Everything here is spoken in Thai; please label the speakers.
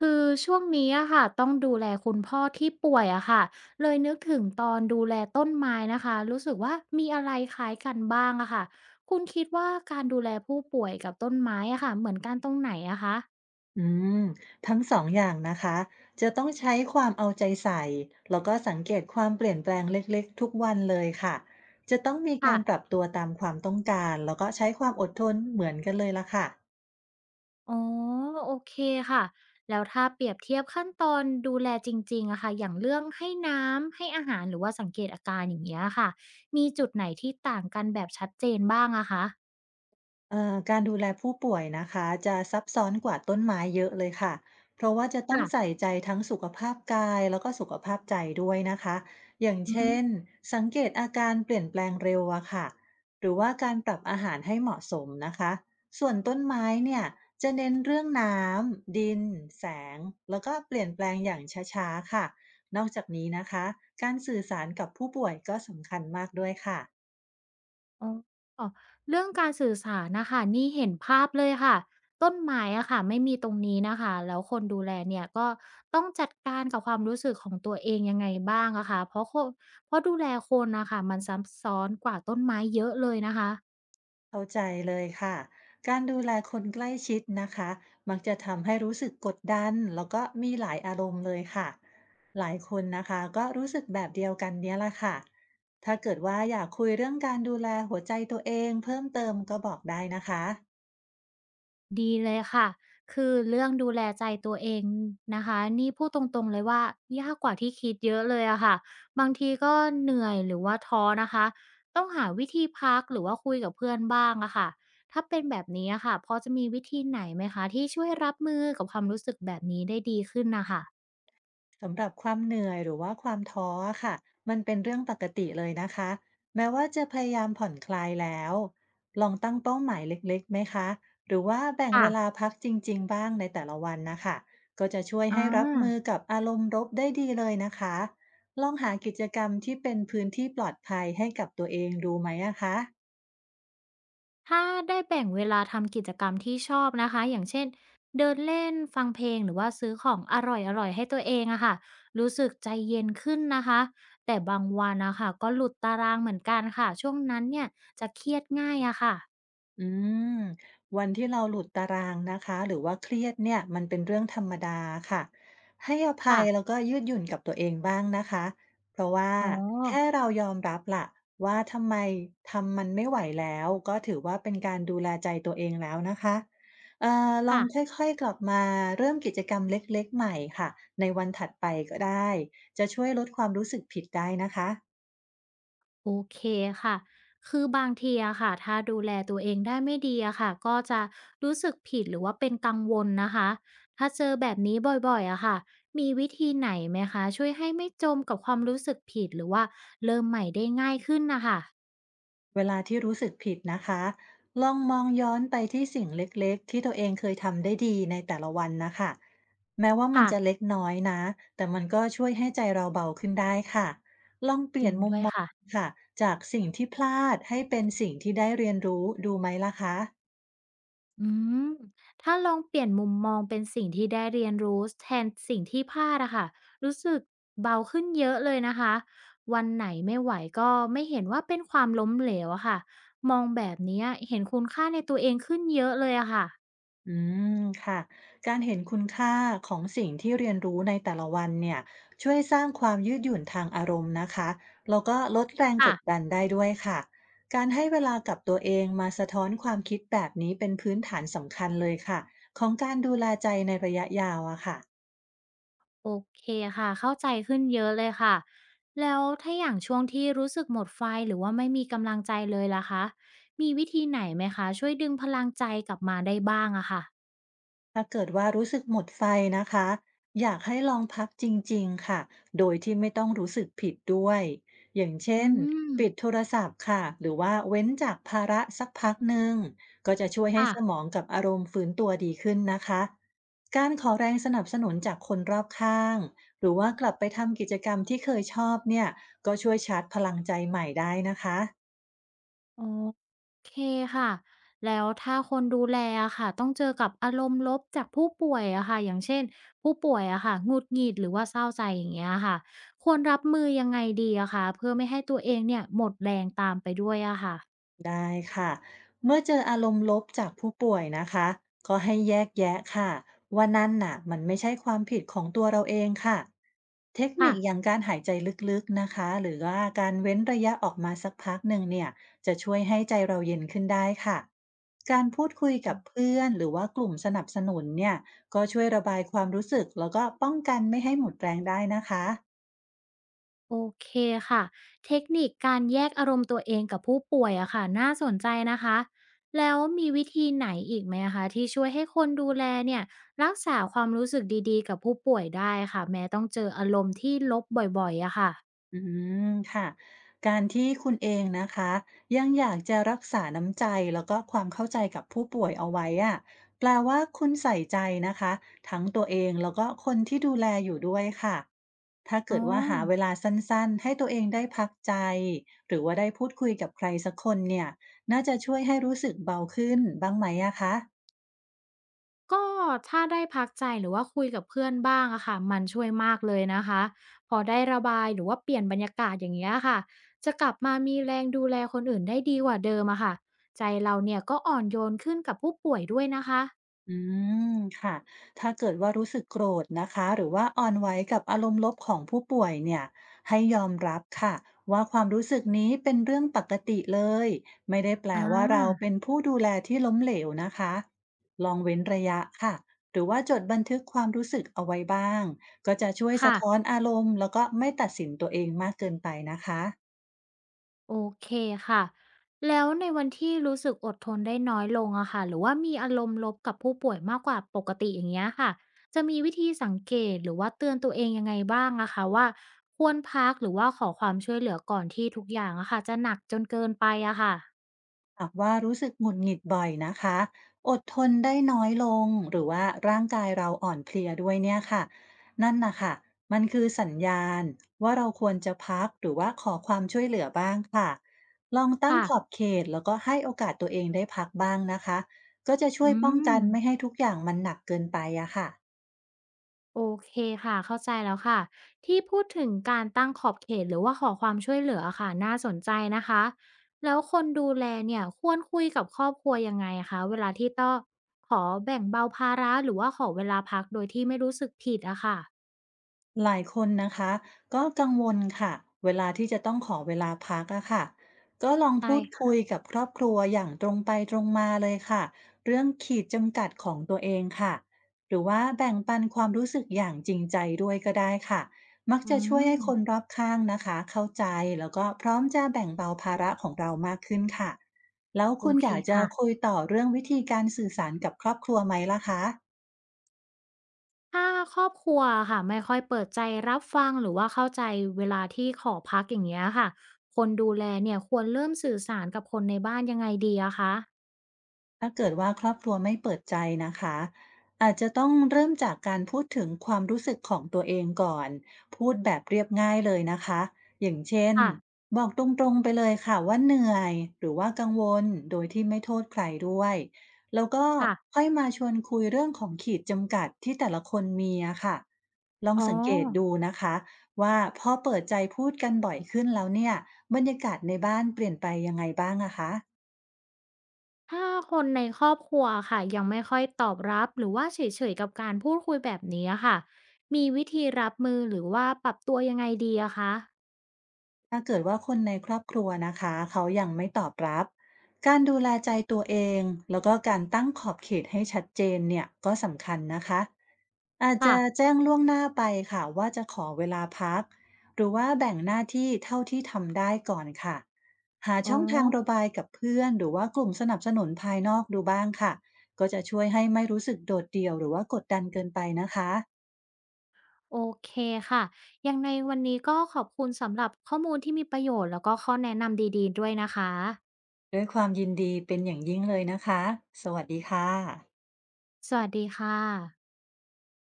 Speaker 1: คือช่วงนี้อะค่ะต้องดูแลคุณพ่อที่ป่วยอะค่ะเลยนึกถึงตอนดูแลต้นไม้นะคะรู้สึกว่ามีอะไรคล้ายกันบ้างอะค่ะคุณคิดว่าการดูแลผู้ป่วยกับต้นไม้อะค่ะเหมือนกันตรงไหนอะคะ
Speaker 2: อืมทั้งสองอย่างนะคะจะต้องใช้ความเอาใจใส่แล้วก็สังเกตความเปลี่ยนแปลงเล็กๆทุกวันเลยค่ะจะต้องมีการปรั
Speaker 1: ค่ะ
Speaker 2: บตัวตามความต้องการแล้วก็ใช้ความอดทนเหมือนกันเลยละค่ะ
Speaker 1: อ๋อโอเคค่ะแล้วถ้าเปรียบเทียบขั้นตอนดูแลจริงๆอะค่ะอย่างเรื่องให้น้ำให้อาหารหรือว่าสังเกตอาการอย่างเงี้ยค่ะมีจุดไหนที่ต่างกันแบบชัดเจนบ้างอะคะ
Speaker 2: การดูแลผู้ป่วยนะคะจะซับซ้อนกว่าต้นไม้เยอะเลยค่ะเพราะว่าจะต้อง
Speaker 1: ค่ะ
Speaker 2: ใส่ใจทั้งสุขภาพกายแล้วก็สุขภาพใจด้วยนะคะอย่างเช่นสังเกตอาการเปลี่ยนแปลงเร็วอะค่ะหรือว่าการปรับอาหารให้เหมาะสมนะคะส่วนต้นไม้เนี่ยจะเน้นเรื่องน้ำดินแสงแล้วก็เปลี่ยนแปลงอย่างช้าๆค่ะนอกจากนี้นะคะการสื่อสารกับผู้ป่วยก็สำคัญมากด้วยค่ะ
Speaker 1: อ๋อเรื่องการสื่อสารนะคะนี่เห็นภาพเลยค่ะต้นไม้อะค่ะไม่มีตรงนี้นะคะแล้วคนดูแลเนี่ยก็ต้องจัดการกับความรู้สึกของตัวเองยังไงบ้างอะคะเพราะดูแลคนนะคะมันซับซ้อนกว่าต้นไม้เยอะเลยนะคะ
Speaker 2: เข้าใจเลยค่ะ การดูแลคนใกล้ชิดนะคะ มักจะทำให้รู้สึกกดดัน แล้วก็มีหลายอารมณ์เลยค่ะ หลายคนนะคะก็รู้สึกแบบเดียวกันเนี้ยละค่ะ ถ้าเกิดว่าอยากคุยเรื่องการดูแลหัวใจตัวเองเพิ่มเติมก็บอกได้นะคะ
Speaker 1: ดีเลยค่ะ คือเรื่องดูแลใจตัวเองนะคะ นี่พูดตรงๆเลยว่ายากกว่าที่คิดเยอะเลยอะค่ะ บางทีก็เหนื่อยหรือว่าท้อนะคะ ต้องหาวิธีพักหรือว่าคุยกับเพื่อนบ้างอะค่ะถ้าเป็นแบบนี้อะค่ะพอจะมีวิธีไหนไหมคะที่ช่วยรับมือกับความรู้สึกแบบนี้ได้ดีขึ้นนะค่ะ
Speaker 2: สำหรับความเหนื่อยหรือว่าความท้ออะค่ะมันเป็นเรื่องปกติเลยนะคะแม้ว่าจะพยายามผ่อนคลายแล้ว ลองตั้งเป้าหมายเล็กๆไหมคะ หรือว่าแบ่งเว
Speaker 1: ค่ะ
Speaker 2: ลาพักจริงๆบ้างในแต่ละวันนะคะ ก็จะช่วย
Speaker 1: อา
Speaker 2: ให้รับมือกับอารมณ์รบได้ดีเลยนะคะ ลองหากิจกรรมที่เป็นพื้นที่ปลอดภัยให้กับตัวเองดูไหมอะคะ
Speaker 1: ถ้าได้แบ่งเวลาทำกิจกรรมที่ชอบนะคะอย่างเช่นเดินเล่นฟังเพลงหรือว่าซื้อของอร่อยๆให้ตัวเองอะค่ะรู้สึกใจเย็นขึ้นนะคะแต่บางวันนะคะก็หลุดตารางเหมือนกันค่ะช่วงนั้นเนี่ยจะเครียดง่ายอะค่ะ
Speaker 2: อืมวันที่เราหลุดตารางนะคะหรือว่าเครียดเนี่ยมันเป็นเรื่องธรรมดาค่ะให้อภั
Speaker 1: ค่ะ
Speaker 2: ยแล้วก็ยืดหยุ่นกับตัวเองบ้างนะคะเพราะว่า
Speaker 1: อ๋อ
Speaker 2: แค่เรายอมรับล่ะว่าทำไมทำมันไม่ไหวแล้วก็ถือว่าเป็นการดูแลใจตัวเองแล้วนะคะลอง
Speaker 1: ค่ะ
Speaker 2: ค่อยๆกลับมาเริ่มกิจกรรมเล็กๆใหม่ค่ะในวันถัดไปก็ได้จะช่วยลดความรู้สึกผิดได้นะคะ
Speaker 1: โอเคค่ะ คือบางทีอะค่ะถ้าดูแลตัวเองได้ไม่ดีอะค่ะก็จะรู้สึกผิดหรือว่าเป็นกังวลนะคะ ถ้าเจอแบบนี้บ่อยๆอะค่ะมีวิธีไหนไหมคะช่วยให้ไม่จมกับความรู้สึกผิดหรือว่าเริ่มใหม่ได้ง่ายขึ้นนะคะ
Speaker 2: เวลาที่รู้สึกผิดนะคะ ลองมองย้อนไปที่สิ่งเล็กๆที่ตัวเองเคยทำได้ดีในแต่ละวันนะคะ แม้ว่ามัน
Speaker 1: ค่ะ
Speaker 2: จะเล็กน้อยนะ แต่มันก็ช่วยให้ใจเราเบาขึ้นได้ค่ะ ต้องเป
Speaker 1: จ
Speaker 2: ลี่ย
Speaker 1: ริ
Speaker 2: น
Speaker 1: ง
Speaker 2: มุม
Speaker 1: ด้วย
Speaker 2: มอง
Speaker 1: ค่ะ
Speaker 2: ค่ะ จากสิ่งที่พลาดให้เป็นสิ่งที่ได้เรียนรู้ ดูไหมล่ะคะ
Speaker 1: อืมถ้าลองเปลี่ยนมุมมองเป็นสิ่งที่ได้เรียนรู้แทนสิ่งที่พลาดอะค่ะรู้สึกเบาขึ้นเยอะเลยนะคะวันไหนไม่ไหวก็ไม่เห็นว่าเป็นความล้มเหลวอะค่ะมองแบบนี้เห็นคุณค่าในตัวเองขึ้นเยอะเลยอะค่ะ
Speaker 2: อืมค่ะการเห็นคุณค่าของสิ่งที่เรียนรู้ในแต่ละวันเนี่ยช่วยสร้างความยืดหยุ่นทางอารมณ์นะคะแล้วก็ลดแรงก
Speaker 1: ค่ะ
Speaker 2: ดดันได้ด้วยค่ะการให้เวลากับตัวเองมาสะท้อนความคิดแบบนี้เป็นพื้นฐานสำคัญเลยค่ะของการดูแลใจในระยะยาวอะค่ะ
Speaker 1: โอเคค่ะเข้าใจขึ้นเยอะเลยค่ะแล้วถ้าอย่างช่วงที่รู้สึกหมดไฟหรือว่าไม่มีกำลังใจเลยล่ะคะมีวิธีไหนไหมคะช่วยดึงพลังใจกลับมาได้บ้างอะค่ะ
Speaker 2: ถ้าเกิดว่ารู้สึกหมดไฟนะคะอยากให้ลองพักจริงๆค่ะโดยที่ไม่ต้องรู้สึกผิดด้วยอย่างเช่
Speaker 1: อื
Speaker 2: น
Speaker 1: ม
Speaker 2: ปิดโทรศัพท์ค่ะหรือว่าเว้นจากภาระสักพักหนึ่งก็จะช่วยให้
Speaker 1: ค่ะ
Speaker 2: สมองกับอารมณ์ฟื้นตัวดีขึ้นนะคะการขอแรงสนับสนุนจากคนรอบข้างหรือว่ากลับไปทำกิจกรรมที่เคยชอบเนี่ยก็ช่วยชาร์จพลังใจใหม่ได้นะคะ
Speaker 1: อ๋อโอเคค่ะแล้วถ้าคนดูแลอะค่ะต้องเจอกับอารมณ์ลบจากผู้ป่วยอะค่ะอย่างเช่นผู้ป่วยอะค่ะหงุดหงิดหรือว่าเศร้าใจอย่างเงี้ยค่ะควรรับมือยังไงดีอะคะเพื่อไม่ให้ตัวเองเนี่ยหมดแรงตามไปด้วยอะค่ะ
Speaker 2: ได้ค่ะเมื่อเจออารมณ์ลบจากผู้ป่วยนะคะก็ให้แยกแยะค่ะว่านั่นน่ะมันไม่ใช่ความผิดของตัวเราเองค่ะเทคนิ
Speaker 1: ค่ะ
Speaker 2: คอย่างการหายใจลึกๆนะคะหรือว่าการเว้นระยะออกมาสักพักหนึ่งเนี่ยจะช่วยให้ใจเราเย็นขึ้นได้ค่ะการพูดคุยกับเพื่อนหรือว่ากลุ่มสนับสนุนเนี่ยก็ช่วยระบายความรู้สึกแล้วก็ป้องกันไม่ให้หมดแรงได้นะคะ
Speaker 1: โอเคค่ะเทคนิคการแยกอารมณ์ตัวเองกับผู้ป่วยอะค่ะน่าสนใจนะคะแล้วมีวิธีไหนอีกไหมอะคะที่ช่วยให้คนดูแลเนี่ยรักษาความรู้สึกดีๆกับผู้ป่วยได้ค่ะแม้ต้องเจออารมณ์ที่ลบบ่อยๆอะค่ะ
Speaker 2: อืมค่ะการที่คุณเองนะคะยังอยากจะรักษาน้ำใจแล้วก็ความเข้าใจกับผู้ป่วยเอาไว้อะแปลว่าคุณใส่ใจนะคะทั้งตัวเองแล้วก็คนที่ดูแลอยู่ด้วยค่ะถ้า
Speaker 1: อ๋
Speaker 2: เกิ
Speaker 1: อ
Speaker 2: ดว่าหาเวลาสั้นๆให้ตัวเองได้พักใจหรือว่าได้พูดคุยกับใครสักคนเนี่ยน่าจะช่วยให้รู้สึกเบาขึ้นบ้างไหมอะคะ
Speaker 1: ก็ถ้าได้พักใจหรือว่าคุยกับเพื่อนบ้างอะค่ะมันช่วยมากเลยนะคะพอได้ระบายหรือว่าเปลี่ยนบรรยากาศอย่างเงี้ยค่ะจะกลับมามีแรงดูแลคนอื่นได้ดีกว่าเดิมอะค่ะใจเราเนี่ยก็อ่อนโยนขึ้นกับผู้ป่วยด้วยนะคะ
Speaker 2: อืมค่ะถ้าเกิดว่ารู้สึกโกรธนะคะหรือว่าอ่อนไหวกับอารมณ์ลบของผู้ป่วยเนี่ยให้ยอมรับค่ะว่าความรู้สึกนี้เป็นเรื่องปกติเลยไม่ได้แปล
Speaker 1: อา
Speaker 2: ว่าเราเป็นผู้ดูแลที่ล้มเหลวนะคะลองเว้นระยะค่ะหรือว่าจดบันทึกความรู้สึกเอาไว้บ้างก็จะช่วยสะท้อน
Speaker 1: ค่ะ
Speaker 2: อารมณ์แล้วก็ไม่ตัดสินตัวเองมากเกินไปนะคะ
Speaker 1: โอเคค่ะแล้วในวันที่รู้สึกอดทนได้น้อยลงอะค่ะหรือว่ามีอารมณ์ลบกับผู้ป่วยมากกว่าปกติอย่างเงี้ยค่ะจะมีวิธีสังเกตหรือว่าเตือนตัวเองยังไงบ้างอะคะว่าควรพักหรือว่าขอความช่วยเหลือก่อนที่ทุกอย่างอะค่ะจะหนักจนเกินไปอะค่ะ
Speaker 2: หากว่ารู้สึกหงุดหงิดบ่อยนะคะอดทนได้น้อยลงหรือว่าร่างกายเราอ่อนเพลียด้วยเนี่ยค่ะนั่นนะคะมันคือสัญญาณว่าเราควรจะพักหรือว่าขอความช่วยเหลือบ้างค่ะลองตั้ง
Speaker 1: ค่ะ
Speaker 2: ขอบเขตแล้วก็ให้โอกาสตัวเองได้พักบ้างนะคะก็จะช่ว
Speaker 1: อื
Speaker 2: ยป้องกั
Speaker 1: ม
Speaker 2: นไม่ให้ทุกอย่างมันหนักเกินไปอะค่ะ
Speaker 1: โอเคค่ะเข้าใจแล้วค่ะที่พูดถึงการตั้งขอบเขตหรือว่าขอความช่วยเหลือค่ะน่าสนใจนะคะแล้วคนดูแลเนี่ยควรคุยกับครอบครัวยังไงคะเวลาที่ต้องขอแบ่งเบาภาระหรือว่าขอเวลาพักโดยที่ไม่รู้สึกผิดอะค่ะ
Speaker 2: หลายคนนะคะก็กังวลค่ะเวลาที่จะต้องขอเวลาพักอะค่ะก็ลอง
Speaker 1: ใช่
Speaker 2: พูดคุย
Speaker 1: ค่ะ
Speaker 2: กับครอบครัวอย่างตรงไปตรงมาเลยค่ะเรื่องขีดจำกัดของตัวเองค่ะหรือว่าแบ่งปันความรู้สึกอย่างจริงใจด้วยก็ได้ค่ะมัก
Speaker 1: อื
Speaker 2: จะช่วย
Speaker 1: ม
Speaker 2: ให้คนรอบข้างนะคะเข้าใจแล้วก็พร้อมจะแบ่งเบาภาระของเรามากขึ้นค่ะแล้ว
Speaker 1: โอ
Speaker 2: คุณ
Speaker 1: เค
Speaker 2: อยากจะ
Speaker 1: ค่ะ
Speaker 2: คุยต่อเรื่องวิธีการสื่อสารกับครอบครัวไหมล่ะคะ
Speaker 1: ถ้าครอบครัวค่ะไม่ค่อยเปิดใจรับฟังหรือว่าเข้าใจเวลาที่ขอพักอย่างเงี้ยค่ะคนดูแลเนี่ยควรเริ่มสื่อสารกับคนในบ้านยังไงดีอะคะ
Speaker 2: ถ้าเกิดว่าครอบครัวไม่เปิดใจนะคะอาจจะต้องเริ่มจากการพูดถึงความรู้สึกของตัวเองก่อนพูดแบบเรียบง่ายเลยนะคะอย่างเช่น
Speaker 1: ค่ะ
Speaker 2: บอกตรงๆไปเลยค่ะว่าเหนื่อยหรือว่ากังวลโดยที่ไม่โทษใครด้วยแล้วก็
Speaker 1: ค่ะ
Speaker 2: ค่อยมาชวนคุยเรื่องของขีดจำกัดที่แต่ละคนมีอะค่ะลอง
Speaker 1: อ๋อ
Speaker 2: สังเกตดูนะคะว่าพอเปิดใจพูดกันบ่อยขึ้นแล้วเนี่ยบรรยากาศในบ้านเปลี่ยนไปยังไงบ้างอะคะ
Speaker 1: ถ้าคนในครอบครัวค่ะยังไม่ค่อยตอบรับหรือว่าเฉยๆกับการพูดคุยแบบนี้อะค่ะมีวิธีรับมือหรือว่าปรับตัวยังไงดีอะคะ
Speaker 2: ถ้าเกิดว่าคนในครอบครัวนะคะเขายังไม่ตอบรับการดูแลใจตัวเองแล้วก็การตั้งขอบเขตให้ชัดเจนเนี่ยก็สำคัญนะคะอาจ
Speaker 1: ค่ะ
Speaker 2: จะแจ้งล่วงหน้าไปค่ะว่าจะขอเวลาพักหรือว่าแบ่งหน้าที่เท่าที่ทำได้ก่อนค่ะหา
Speaker 1: อ๋อ
Speaker 2: ช่องทางระบายกับเพื่อนหรือว่ากลุ่มสนับสนุนภายนอกดูบ้างค่ะก็จะช่วยให้ไม่รู้สึกโดดเดี่ยวหรือว่ากดดันเกินไปนะคะ
Speaker 1: โอเคค่ะยังในวันนี้ก็ขอบคุณสำหรับข้อมูลที่มีประโยชน์แล้วก็ข้อแนะนำดีๆด้วยนะคะ
Speaker 2: ด้วยความยินดีเป็นอย่างยิ่งเลยนะคะสวัสดีค่ะ
Speaker 1: สวัสดีค่ะ